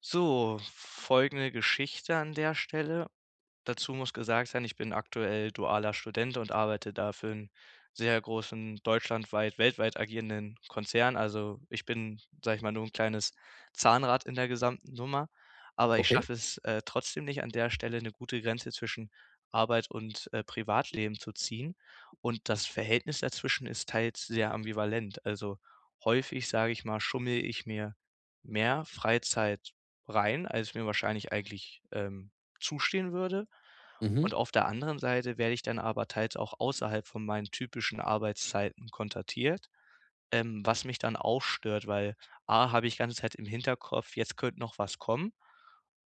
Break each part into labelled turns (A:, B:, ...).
A: So, folgende Geschichte an der Stelle. Dazu muss gesagt sein, ich bin aktuell dualer Student und arbeite da für 'n sehr großen deutschlandweit weltweit agierenden Konzern. Also, ich bin, sage ich mal, nur ein kleines Zahnrad in der gesamten Nummer, aber ich
B: Okay.
A: schaffe es, trotzdem nicht an der Stelle eine gute Grenze zwischen Arbeit und Privatleben zu ziehen. Und das Verhältnis dazwischen ist teils sehr ambivalent. Also, häufig, sage ich mal, schummele ich mir mehr Freizeit rein, als mir wahrscheinlich eigentlich zustehen würde. Und
B: Mhm.
A: auf der anderen Seite werde ich dann aber teils auch außerhalb von meinen typischen Arbeitszeiten kontaktiert, was mich dann auch stört, weil A, habe ich ganze Zeit im Hinterkopf, jetzt könnte noch was kommen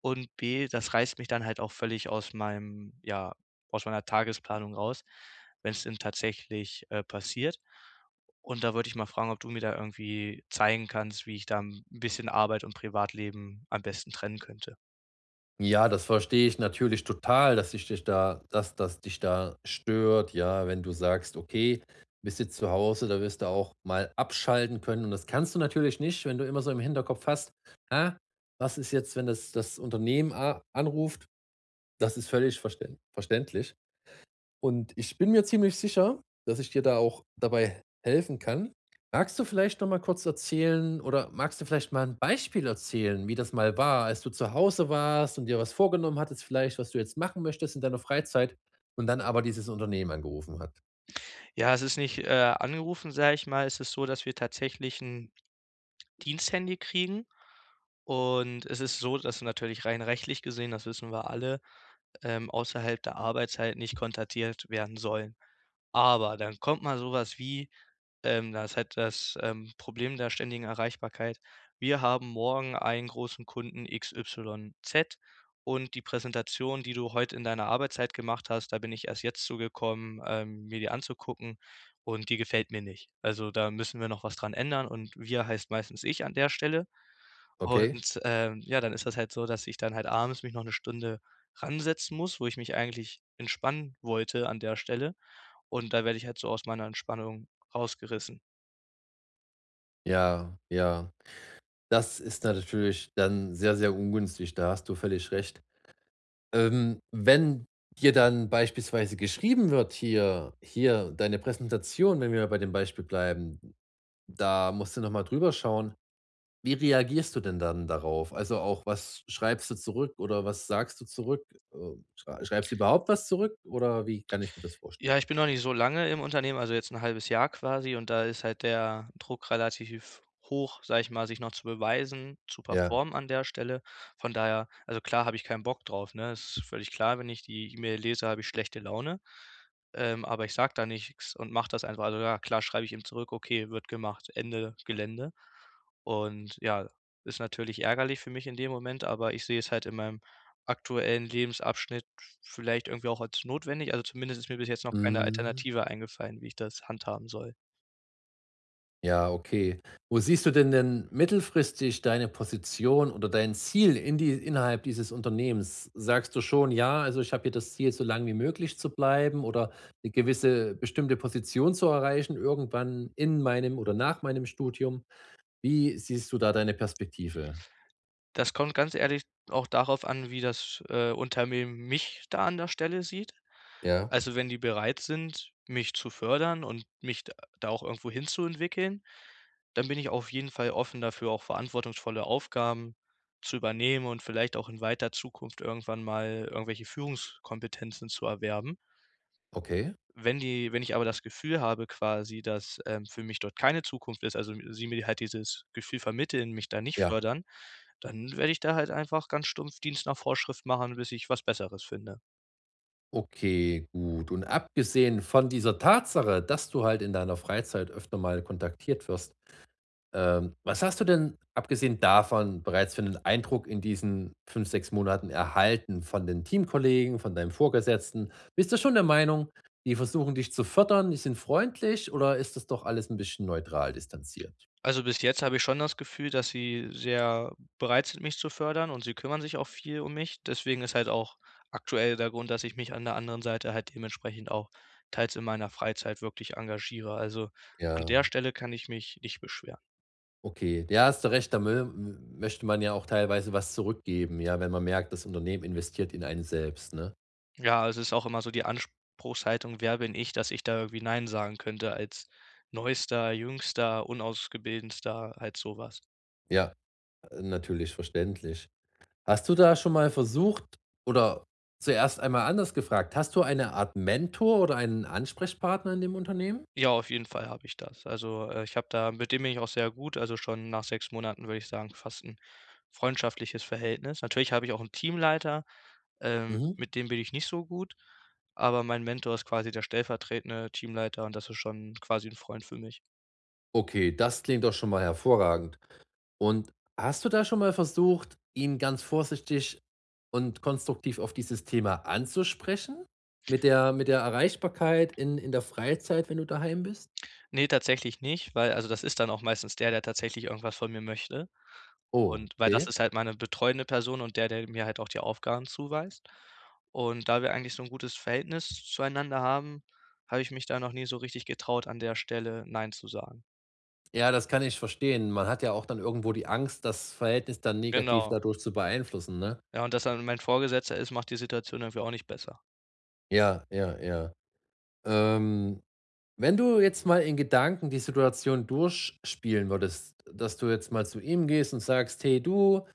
A: und B, das reißt mich dann halt auch völlig aus meiner Tagesplanung raus, wenn es denn tatsächlich, passiert. Und da würde ich mal fragen, ob du mir da irgendwie zeigen kannst, wie ich da ein bisschen Arbeit und Privatleben am besten trennen könnte.
B: Ja, das verstehe ich natürlich total, dass ich dich da dass das dich da stört, ja, wenn du sagst: „Okay, bist jetzt zu Hause, da wirst du auch mal abschalten können.“ Und das kannst du natürlich nicht, wenn du immer so im Hinterkopf hast: „Ah, was ist jetzt, wenn das Unternehmen a anruft?“ Das ist völlig verständlich. Und ich bin mir ziemlich sicher, dass ich dir da auch dabei helfen kann. Magst du vielleicht noch mal kurz erzählen oder magst du vielleicht mal ein Beispiel erzählen, wie das mal war, als du zu Hause warst und dir was vorgenommen hattest vielleicht, was du jetzt machen möchtest in deiner Freizeit und dann aber dieses Unternehmen angerufen hat?
A: Ja, es ist nicht, angerufen, sage ich mal. Es ist so, dass wir tatsächlich ein Diensthandy kriegen und es ist so, dass natürlich rein rechtlich gesehen, das wissen wir alle, außerhalb der Arbeitszeit nicht kontaktiert werden sollen. Aber dann kommt mal sowas wie da ist halt das Problem der ständigen Erreichbarkeit. Wir haben morgen einen großen Kunden XYZ und die Präsentation, die du heute in deiner Arbeitszeit gemacht hast, da bin ich erst jetzt zugekommen, mir die anzugucken, und die gefällt mir nicht. Also, da müssen wir noch was dran ändern, und wir heißt meistens ich an der Stelle.
B: Okay?
A: Und ja, dann ist das halt so, dass ich dann halt abends mich noch eine Stunde ransetzen muss, wo ich mich eigentlich entspannen wollte an der Stelle. Und da werde ich halt so aus meiner Entspannung rausgerissen.
B: Ja, ja. Das ist natürlich dann sehr, sehr ungünstig, da hast du völlig recht. Wenn dir dann beispielsweise geschrieben wird: „Hier, deine Präsentation“, wenn wir bei dem Beispiel bleiben, da musst du noch mal drüber schauen. Wie reagierst du denn dann darauf? Also, auch was schreibst du zurück oder was sagst du zurück? Schreibst du überhaupt was zurück oder wie kann ich mir das vorstellen?
A: Ja, ich bin noch nicht so lange im Unternehmen, also jetzt ein halbes Jahr quasi, und da ist halt der Druck relativ hoch, sag ich mal, sich noch zu beweisen, zu
B: Ja.
A: performen an der Stelle. Von daher, also klar, habe ich keinen Bock drauf, ne? Es ist völlig klar, wenn ich die E-Mail lese, habe ich schlechte Laune, aber ich sag da nichts und mache das einfach. Also ja, klar schreibe ich ihm zurück: „Okay, wird gemacht, Ende Gelände.“ Und ja, ist natürlich ärgerlich für mich in dem Moment, aber ich sehe es halt in meinem aktuellen Lebensabschnitt vielleicht irgendwie auch als notwendig. Also, zumindest ist mir bis jetzt noch keine
B: Mhm.
A: Alternative eingefallen, wie ich das handhaben soll.
B: Ja, okay. Wo siehst du denn mittelfristig deine Position oder dein Ziel in die innerhalb dieses Unternehmens? Sagst du schon: „Ja, also, ich habe hier das Ziel, so lange wie möglich zu bleiben oder eine gewisse bestimmte Position zu erreichen irgendwann in meinem oder nach meinem Studium?“ Wie siehst du da deine Perspektive?
A: Das kommt ganz ehrlich auch darauf an, wie das, Unternehmen mich da an der Stelle sieht.
B: Ja.
A: Also, wenn die bereit sind, mich zu fördern und mich d da auch irgendwo hinzuentwickeln, dann bin ich auf jeden Fall offen dafür, auch verantwortungsvolle Aufgaben zu übernehmen und vielleicht auch in weiter Zukunft irgendwann mal irgendwelche Führungskompetenzen zu erwerben.
B: Okay,
A: Wenn ich aber das Gefühl habe quasi, dass, für mich dort keine Zukunft ist, also sie mir halt dieses Gefühl vermitteln, mich da nicht
B: ja,
A: fördern, dann werde ich da halt einfach ganz stumpf Dienst nach Vorschrift machen, bis ich was Besseres finde.
B: okay, gut. Und abgesehen von dieser Tatsache, dass du halt in deiner Freizeit öfter mal kontaktiert wirst, was hast du denn abgesehen davon bereits für 'nen Eindruck in diesen 5 6 Monaten erhalten von den Teamkollegen, von deinem Vorgesetzten? Bist du schon der Meinung, die versuchen dich zu fördern, die sind freundlich oder ist das doch alles ein bisschen neutral distanziert?
A: Also, bis jetzt habe ich schon das Gefühl, dass sie sehr bereit sind, mich zu fördern, und sie kümmern sich auch viel um mich. Deswegen ist halt auch aktuell der Grund, dass ich mich an der anderen Seite halt dementsprechend auch teils in meiner Freizeit wirklich engagiere. Also, an
B: Ja.
A: der Stelle kann ich mich nicht beschweren.
B: Okay, ja, hast du recht, da mö möchte man ja auch teilweise was zurückgeben, ja, wenn man merkt, das Unternehmen investiert in einen selbst, ne?
A: Ja, es ist auch immer so die Anspruchshaltung: „Wer bin ich, dass ich da irgendwie nein sagen könnte als Neuester, Jüngster, Unausgebildenster“, halt sowas.
B: Ja, natürlich, verständlich. Hast du da schon mal versucht oder zuerst einmal anders gefragt, hast du eine Art Mentor oder einen Ansprechpartner in dem Unternehmen?
A: Ja, auf jeden Fall habe ich das. Also, ich habe da, mit dem bin ich auch sehr gut, also schon nach 6 Monaten würde ich sagen, fast ein freundschaftliches Verhältnis. Natürlich habe ich auch einen Teamleiter,
B: Mhm.
A: mit dem bin ich nicht so gut, aber mein Mentor ist quasi der stellvertretende Teamleiter, und das ist schon quasi ein Freund für mich.
B: Okay, das klingt doch schon mal hervorragend. Und hast du da schon mal versucht, ihn ganz vorsichtig und konstruktiv auf dieses Thema anzusprechen? Mit der Erreichbarkeit in der Freizeit, wenn du daheim bist?
A: Ne, tatsächlich nicht, weil, also, das ist dann auch meistens der, der tatsächlich irgendwas von mir möchte.
B: Oh,
A: Und weil das
B: okay.
A: ist halt meine betreuende Person und der, der mir halt auch die Aufgaben zuweist. Und da wir eigentlich so 'n gutes Verhältnis zueinander haben, habe ich mich da noch nie so richtig getraut, an der Stelle „nein“ zu sagen.
B: Ja, das kann ich verstehen. Man hat ja auch dann irgendwo die Angst, das Verhältnis dann negativ
A: Genau.
B: dadurch zu beeinflussen, ne?
A: Ja, und dass er mein Vorgesetzter ist, macht die Situation irgendwie auch nicht besser.
B: Ja, ja, ja. Ähm, Wenn du jetzt mal in Gedanken die Situation durchspielen würdest, dass du jetzt mal zu ihm gehst und sagst: „Hey, du,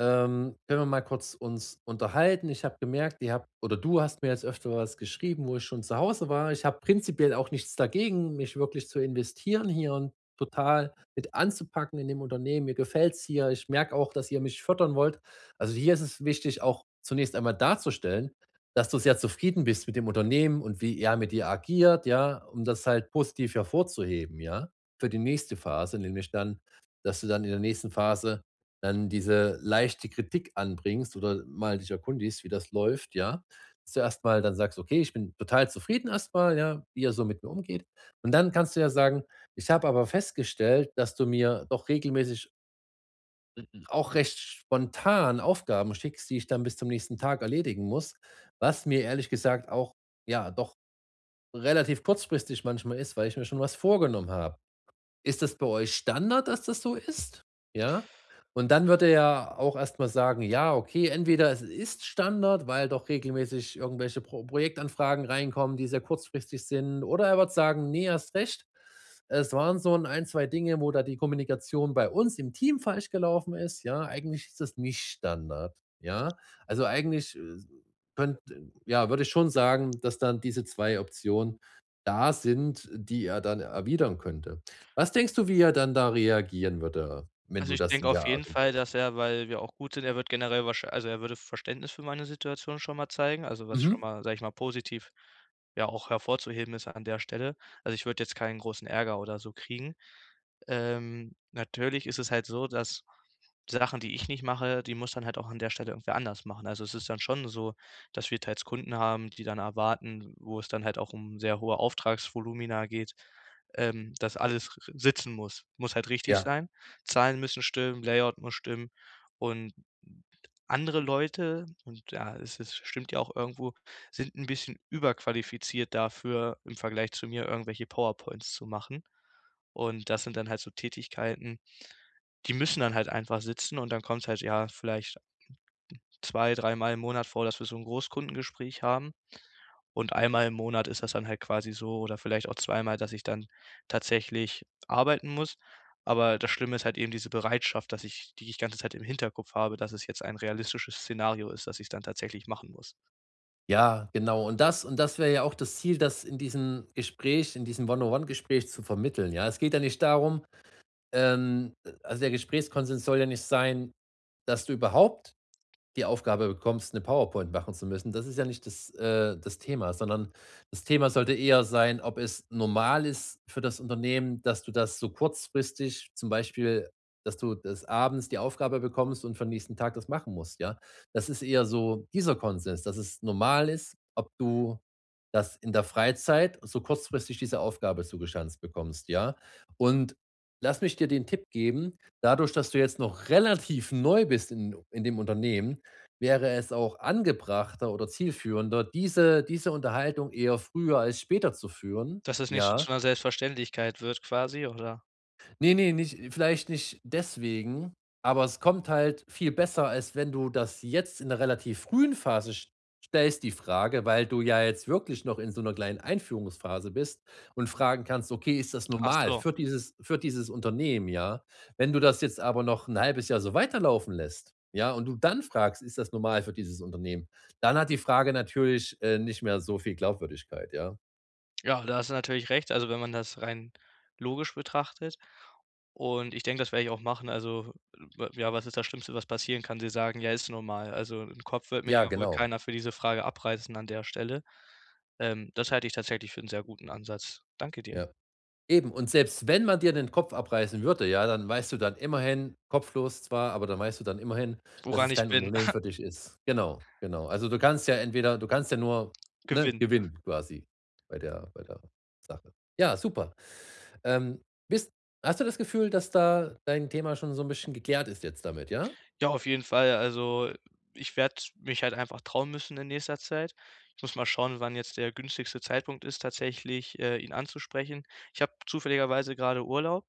B: ähm, können wir mal kurz uns unterhalten? Ich habe gemerkt, ihr habt oder du hast mir jetzt öfter was geschrieben, wo ich schon zu Hause war. Ich habe prinzipiell auch nichts dagegen, mich wirklich zu investieren hier und total mit anzupacken in dem Unternehmen. Mir gefällt es hier. Ich merke auch, dass ihr mich fördern wollt. Also hier ist es wichtig, auch zunächst einmal darzustellen, dass du sehr zufrieden bist mit dem Unternehmen und wie er mit dir agiert, ja, um das halt positiv hervorzuheben, ja, für die nächste Phase, nämlich dann, dass du dann in der nächsten Phase dann diese leichte Kritik anbringst oder mal dich erkundigst, wie das läuft, ja. Dass du erstmal dann sagst: „Okay, ich bin total zufrieden erstmal, ja, wie er so mit mir umgeht.“ Und dann kannst du ja sagen: „Ich habe aber festgestellt, dass du mir doch regelmäßig r auch recht spontan Aufgaben schickst, die ich dann bis zum nächsten Tag erledigen muss, was mir ehrlich gesagt auch, ja, doch relativ kurzfristig manchmal ist, weil ich mir schon was vorgenommen habe. Ist das bei euch Standard, dass das so ist? Ja?“ Und dann wird er ja auch erst mal sagen: „Ja, okay, entweder es ist Standard, weil doch regelmäßig irgendwelche Projektanfragen reinkommen, die sehr kurzfristig sind.“ Oder er wird sagen: „Nee, hast recht. Es waren so ein 2 Dinge, wo da die Kommunikation bei uns im Team falsch gelaufen ist. Ja, eigentlich ist das nicht Standard.“ Ja? Also, eigentlich, könnt ja, würde ich schon sagen, dass dann diese 2 Optionen da sind, die er dann erwidern könnte. Was denkst du, wie er dann da reagieren würde, wenn
A: Also,
B: du
A: ich
B: das
A: denke
B: in
A: auf
B: der
A: jeden
B: Art und
A: Fall,
B: Weise
A: dass er, weil wir auch gut sind, er wird generell wahrsch also, er würde Verständnis für meine Situation schon mal zeigen, also, was schon
B: mhm,
A: mal, sage ich mal, positiv, ja, auch hervorzuheben ist an der Stelle. Also, ich würde jetzt keinen großen Ärger oder so kriegen. Natürlich ist es halt so, dass Sachen, die ich nicht mache, die muss dann halt auch an der Stelle irgendwer anders machen. Also, es ist dann schon so, dass wir teils Kunden haben, die dann erwarten, wo es dann halt auch um sehr hohe Auftragsvolumina geht, dass alles r sitzen muss. Muss halt richtig
B: ja.
A: sein. Zahlen müssen stimmen, Layout muss stimmen, und andere Leute, und ja, es stimmt ja auch irgendwo, sind ein bisschen überqualifiziert dafür, im Vergleich zu mir irgendwelche PowerPoints zu machen. Und das sind dann halt so Tätigkeiten, die müssen dann halt einfach sitzen, und dann kommt's halt, ja, vielleicht zwei, dreimal im Monat vor, dass wir so 'n Großkundengespräch haben, und einmal im Monat ist das dann halt quasi so, oder vielleicht auch zweimal, dass ich dann tatsächlich arbeiten muss. Aber das Schlimme ist halt eben diese Bereitschaft, dass ich die ich ganze Zeit im Hinterkopf habe, dass es jetzt ein realistisches Szenario ist, dass ich's dann tatsächlich machen muss.
B: Ja, genau. Und das wäre ja auch das Ziel, das in diesem Gespräch in diesem One-on-One-Gespräch zu vermitteln, ja? Es geht ja nicht darum, also, der Gesprächskonsens soll ja nicht sein, dass du überhaupt die Aufgabe bekommst, eine PowerPoint machen zu müssen. Das ist ja nicht das das Thema, sondern das Thema sollte eher sein, ob es normal ist für das Unternehmen, dass du das so kurzfristig zum Beispiel dass du das abends die Aufgabe bekommst und für den nächsten Tag das machen musst, ja? Das ist eher so dieser Konsens, dass es normal ist, ob du das in der Freizeit so kurzfristig diese Aufgabe zugeschanzt bekommst, ja? Und lass mich dir den Tipp geben, dadurch, dass du jetzt noch relativ neu bist in dem Unternehmen, wäre es auch angebrachter oder zielführender, diese Unterhaltung eher früher als später zu führen,
A: Dass es nicht so zu
B: ja?
A: 'ner Selbstverständlich wird quasi, oder?
B: Ne, ne, nicht vielleicht nicht deswegen, aber es kommt halt viel besser, als wenn du das jetzt in der relativ frühen Phase st stellst, die Frage, weil du ja jetzt wirklich noch in so einer kleinen Einführungsphase bist und fragen kannst: „Okay, ist das
A: Ach
B: normal
A: so.
B: für dieses Unternehmen?“, ja? Wenn du das jetzt aber noch ein halbes Jahr so weiterlaufen lässt, ja, und du dann fragst: „Ist das normal für dieses Unternehmen?“, dann hat die Frage natürlich, nicht mehr so viel Glaubwürdigkeit, ja.
A: Ja, da hast du natürlich recht. Also, wenn man das rein logisch betrachtet. Und ich denke, das werde ich auch machen. Also, w ja, was ist das Schlimmste, was passieren kann? Sie sagen: „Ja, ist normal.“ Also, im Kopf wird mir
B: Ja,
A: ja wohl
B: genau,
A: keiner für diese Frage abreißen an der Stelle. Das halte ich tatsächlich für einen sehr guten Ansatz. Danke dir.
B: ja. Eben, und selbst wenn man dir den Kopf abreißen würde, ja, dann weißt du dann immerhin kopflos zwar, aber dann weißt du dann immerhin, dass
A: Woran
B: es
A: ich
B: kein
A: bin,
B: Unternehmen für dich ist. Genau, genau. Also, du kannst ja nur, ne,
A: gewinn.
B: gewinnen quasi bei der Sache. Ja, super. Ähm, bist Hast du das Gefühl, dass da dein Thema schon so ein bisschen geklärt ist jetzt damit, ja?
A: Ja, auf jeden Fall. Also, ich werde mich halt einfach trauen müssen in nächster Zeit. Ich muss mal schauen, wann jetzt der günstigste Zeitpunkt ist, tatsächlich, ihn anzusprechen. Ich habe zufälligerweise gerade Urlaub,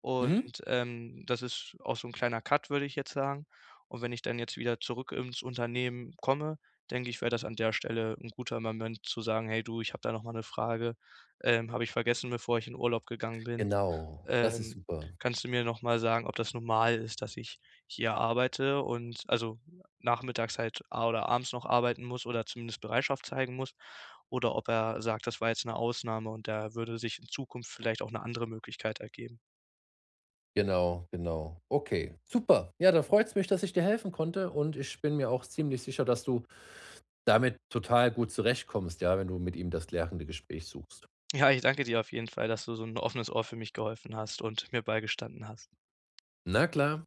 A: und,
B: Mhm.
A: das ist auch so ein kleiner Cut, würde ich jetzt sagen. Und wenn ich dann jetzt wieder zurück ins Unternehmen komme, denke ich, wäre das an der Stelle ein guter Moment zu sagen: „Hey du, ich habe da noch mal 'ne Frage, habe ich vergessen, bevor ich in Urlaub gegangen bin.
B: Genau, das ist
A: ähm,
B: super.
A: kannst du mir noch mal sagen, ob das normal ist, dass ich hier arbeite und also nachmittags halt a oder abends noch arbeiten muss oder zumindest Bereitschaft zeigen muss, oder ob er sagt, das war jetzt eine Ausnahme und da würde sich in Zukunft vielleicht auch eine andere Möglichkeit ergeben?“
B: Genau, genau. Okay, super. Ja, dann freut's mich, dass ich dir helfen konnte und ich bin mir auch ziemlich sicher, dass du damit total gut zurechtkommst, ja, wenn du mit ihm das klärende Gespräch suchst.
A: Ja, ich danke dir auf jeden Fall, dass du so ein offenes Ohr für mich geholfen hast und mir beigestanden hast.
B: Na klar.